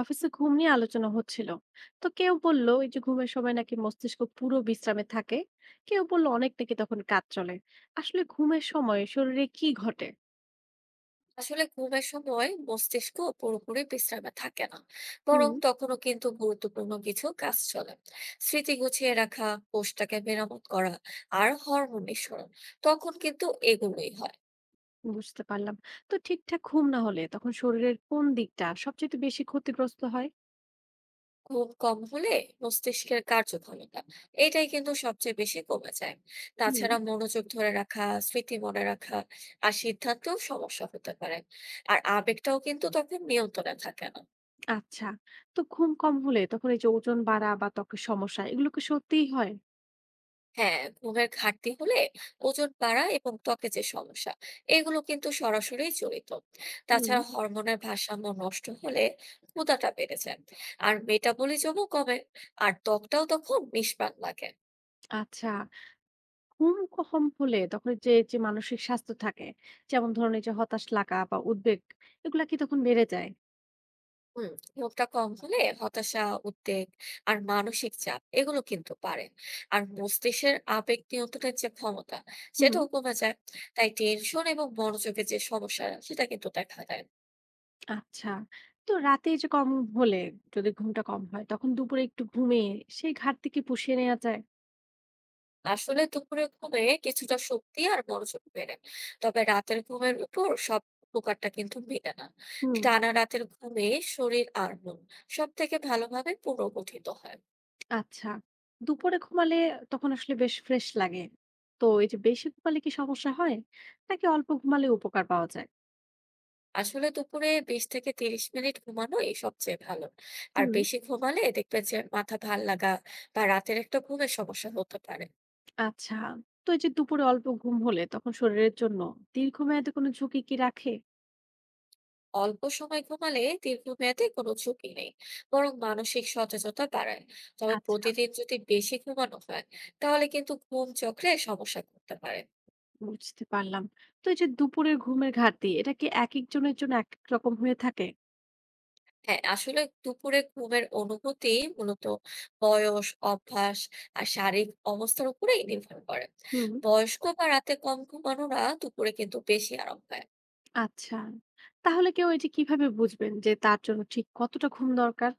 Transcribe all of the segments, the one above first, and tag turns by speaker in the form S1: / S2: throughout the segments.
S1: অফিসে ঘুম নিয়ে আলোচনা হচ্ছিল। তো কেউ বলল এই যে ঘুমের সময় নাকি মস্তিষ্ক পুরো বিশ্রামে থাকে, কেউ বলল অনেক নাকি তখন কাজ চলে। আসলে ঘুমের সময় শরীরে কি ঘটে?
S2: আসলে ঘুমের সময় মস্তিষ্ক পুরোপুরি বিশ্রামে থাকে না।
S1: হুম,
S2: বরং তখনও কিন্তু গুরুত্বপূর্ণ কিছু কাজ চলে। স্মৃতি গুছিয়ে রাখা, কোষটাকে মেরামত করা, আর হরমোন নিঃসরণ তখন কিন্তু এগুলোই হয়।
S1: বুঝতে পারলাম। তো ঠিকঠাক ঘুম না হলে তখন শরীরের কোন দিকটা সবচেয়ে বেশি ক্ষতিগ্রস্ত হয়?
S2: ঘুম কম হলে মস্তিষ্কের কার্যক্ষমতা এটাই কিন্তু সবচেয়ে বেশি কমে যায়।
S1: হুম,
S2: তাছাড়া মনোযোগ ধরে রাখা, স্মৃতি মনে রাখা, আর সিদ্ধান্তেও সমস্যা হতে পারে। আর আবেগটাও কিন্তু তখন নিয়ন্ত্রণে থাকে না।
S1: আচ্ছা। তো ঘুম কম হলে তখন এই যে ওজন বাড়া বা ত্বকের সমস্যা, এগুলো কি সত্যিই হয়?
S2: হ্যাঁ, ঘুমের ঘাটতি হলে ওজন বাড়া এবং ত্বকে যে সমস্যা, এগুলো কিন্তু সরাসরি জড়িত।
S1: হুম,
S2: তাছাড়া হরমোনের ভারসাম্য নষ্ট হলে ক্ষুধাটা বেড়ে যায়, আর মেটাবলিজমও কমে, আর ত্বকটাও তখন নিষ্প্রাণ লাগে।
S1: আচ্ছা। ঘুম কম হলে তখন যে যে মানসিক স্বাস্থ্য থাকে, যেমন ধরুন এই যে হতাশ লাগা বা উদ্বেগ, এগুলা কি তখন বেড়ে যায়?
S2: হুম। ঘুমটা কম হলে হতাশা, উদ্বেগ আর মানসিক চাপ এগুলো কিন্তু পারে। আর মস্তিষ্কের আবেগ নিয়ন্ত্রণের যে ক্ষমতা,
S1: হুম,
S2: সেটাও কমে যায়। তাই টেনশন এবং মনোযোগের যে সমস্যা, সেটা কিন্তু দেখা দেয়।
S1: আচ্ছা। তো রাতে এই যে কম হলে, যদি ঘুমটা কম হয় তখন দুপুরে একটু ঘুমিয়ে সেই ঘাটতি কি পুষিয়ে নেওয়া যায়?
S2: আসলে দুপুরে ঘুমে কিছুটা শক্তি আর মনোযোগ ফেরে। তবে রাতের ঘুমের উপর সব উপকারটা কিন্তু মেলে না।
S1: হুম,
S2: টানা রাতের ঘুমে শরীর আর মন সব থেকে ভালোভাবে পুনর্গঠিত হয়।
S1: আচ্ছা। দুপুরে ঘুমালে তখন আসলে বেশ ফ্রেশ লাগে। তো এই যে বেশি ঘুমালে কি সমস্যা হয়, নাকি অল্প ঘুমালে উপকার পাওয়া যায়?
S2: আসলে দুপুরে 20 থেকে 30 মিনিট ঘুমানোই সবচেয়ে ভালো। আর
S1: হুম,
S2: বেশি ঘুমালে দেখবেন যে মাথা ভাল লাগা বা রাতের একটা ঘুমের সমস্যা হতে পারে।
S1: আচ্ছা। তো এই যে দুপুরে অল্প ঘুম হলে তখন শরীরের জন্য দীর্ঘমেয়াদে কোনো ঝুঁকি কি রাখে?
S2: অল্প সময় ঘুমালে দীর্ঘমেয়াদে কোনো ঝুঁকি নেই, বরং মানসিক সচেতনতা বাড়ায়। তবে
S1: আচ্ছা,
S2: প্রতিদিন যদি বেশি ঘুমানো হয়, তাহলে কিন্তু ঘুম চক্রে সমস্যা করতে পারে।
S1: বুঝতে পারলাম। তো এই যে দুপুরের ঘুমের ঘাটতি, এটা কি একেকজনের জন্য একেক রকম হয়ে থাকে?
S2: হ্যাঁ, আসলে দুপুরে ঘুমের অনুভূতি মূলত বয়স, অভ্যাস আর শারীরিক অবস্থার উপরেই নির্ভর করে।
S1: হুম,
S2: বয়স্ক বা রাতে কম ঘুমানোরা দুপুরে কিন্তু বেশি আরাম পায়।
S1: আচ্ছা। তাহলে কেউ এই যে কিভাবে বুঝবেন যে তার জন্য ঠিক কতটা ঘুম দরকার?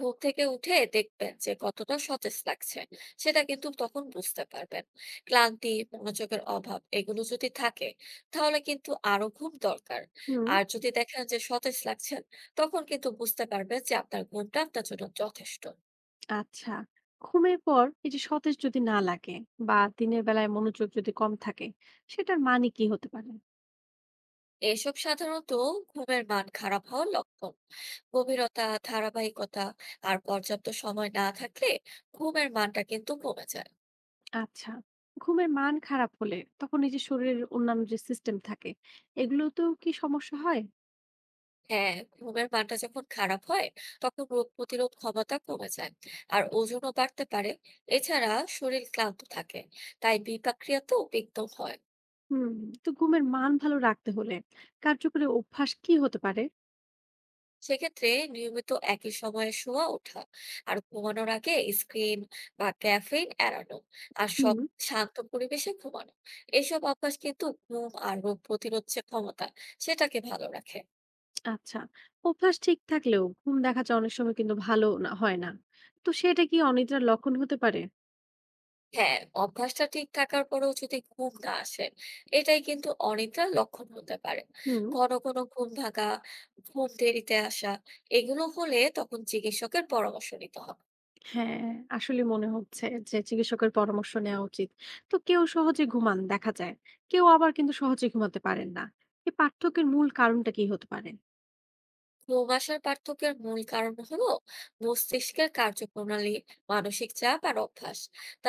S2: ঘুম থেকে উঠে দেখবেন যে কতটা সতেজ লাগছে, সেটা কিন্তু তখন বুঝতে পারবেন। ক্লান্তি, মনোযোগের অভাব এগুলো যদি থাকে, তাহলে কিন্তু আরো ঘুম দরকার।
S1: হুম,
S2: আর যদি দেখেন যে সতেজ লাগছেন, তখন কিন্তু বুঝতে পারবেন যে আপনার ঘুমটা আপনার জন্য যথেষ্ট।
S1: আচ্ছা। ঘুমের পর এই যে সতেজ যদি না লাগে, বা দিনের বেলায় মনোযোগ যদি কম থাকে, সেটার মানে কি হতে পারে?
S2: এসব সাধারণত ঘুমের মান খারাপ হওয়ার লক্ষণ। গভীরতা, ধারাবাহিকতা আর পর্যাপ্ত সময় না থাকলে ঘুমের মানটা কিন্তু কমে যায়।
S1: আচ্ছা। ঘুমের মান খারাপ হলে তখন এই যে শরীরের অন্যান্য যে সিস্টেম থাকে, এগুলোতেও কি সমস্যা হয়?
S2: হ্যাঁ, ঘুমের মানটা যখন খারাপ হয়, তখন রোগ প্রতিরোধ ক্ষমতা কমে যায় আর ওজনও বাড়তে পারে। এছাড়া শরীর ক্লান্ত থাকে, তাই বিপাকক্রিয়াতেও বিঘ্ন হয়।
S1: হুম। তো ঘুমের মান ভালো রাখতে হলে কার্যকরী অভ্যাস কি হতে পারে?
S2: সেক্ষেত্রে নিয়মিত একই সময়ে শোয়া ওঠা, আর ঘুমানোর আগে স্ক্রিন বা ক্যাফেইন এড়ানো, আর
S1: হুম,
S2: সব শান্ত পরিবেশে ঘুমানো, এইসব অভ্যাস কিন্তু ঘুম আর রোগ প্রতিরোধ যে ক্ষমতা, সেটাকে ভালো রাখে।
S1: আচ্ছা। অভ্যাস ঠিক থাকলেও ঘুম দেখা যায় অনেক সময় কিন্তু ভালো না হয় না। তো সেটা কি অনিদ্রার লক্ষণ হতে পারে?
S2: হ্যাঁ, অভ্যাসটা ঠিক থাকার পরেও যদি ঘুম না আসে, এটাই কিন্তু অনিদ্রার লক্ষণ হতে পারে।
S1: হুম,
S2: ঘন ঘন ঘুম ভাঙা, ঘুম দেরিতে আসা, এগুলো হলে তখন চিকিৎসকের পরামর্শ নিতে হবে।
S1: হ্যাঁ। আসলে মনে হচ্ছে যে চিকিৎসকের পরামর্শ নেওয়া উচিত। তো কেউ সহজে ঘুমান দেখা যায়, কেউ আবার কিন্তু সহজে ঘুমাতে পারেন না। এই পার্থক্যের মূল কারণটা কি হতে পারে?
S2: ঘুম আসার পার্থক্যের মূল কারণ হলো মস্তিষ্কের কার্যপ্রণালী, মানসিক চাপ আর অভ্যাস।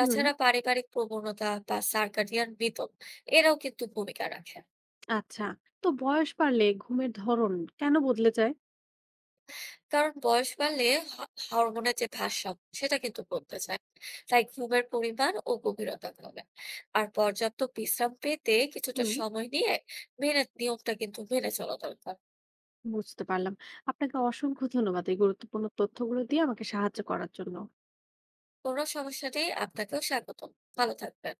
S1: হুম,
S2: পারিবারিক প্রবণতা বা সার্কাডিয়ান রিদম এরাও কিন্তু ভূমিকা রাখে।
S1: আচ্ছা। তো বয়স বাড়লে ঘুমের ধরন কেন বদলে যায়?
S2: কারণ বয়স বাড়লে হ হরমোনের যে ভারসাম্য সেটা কিন্তু বদলে যায়। তাই ঘুমের পরিমাণ ও গভীরতা কমে। আর পর্যাপ্ত বিশ্রাম পেতে কিছুটা
S1: হুম,
S2: সময় নিয়ে নিয়মটা কিন্তু মেনে চলা দরকার।
S1: বুঝতে পারলাম। আপনাকে অসংখ্য ধন্যবাদ এই গুরুত্বপূর্ণ তথ্যগুলো দিয়ে আমাকে সাহায্য করার জন্য।
S2: কোনো সমস্যা নেই। আপনাকেও স্বাগতম। ভালো থাকবেন।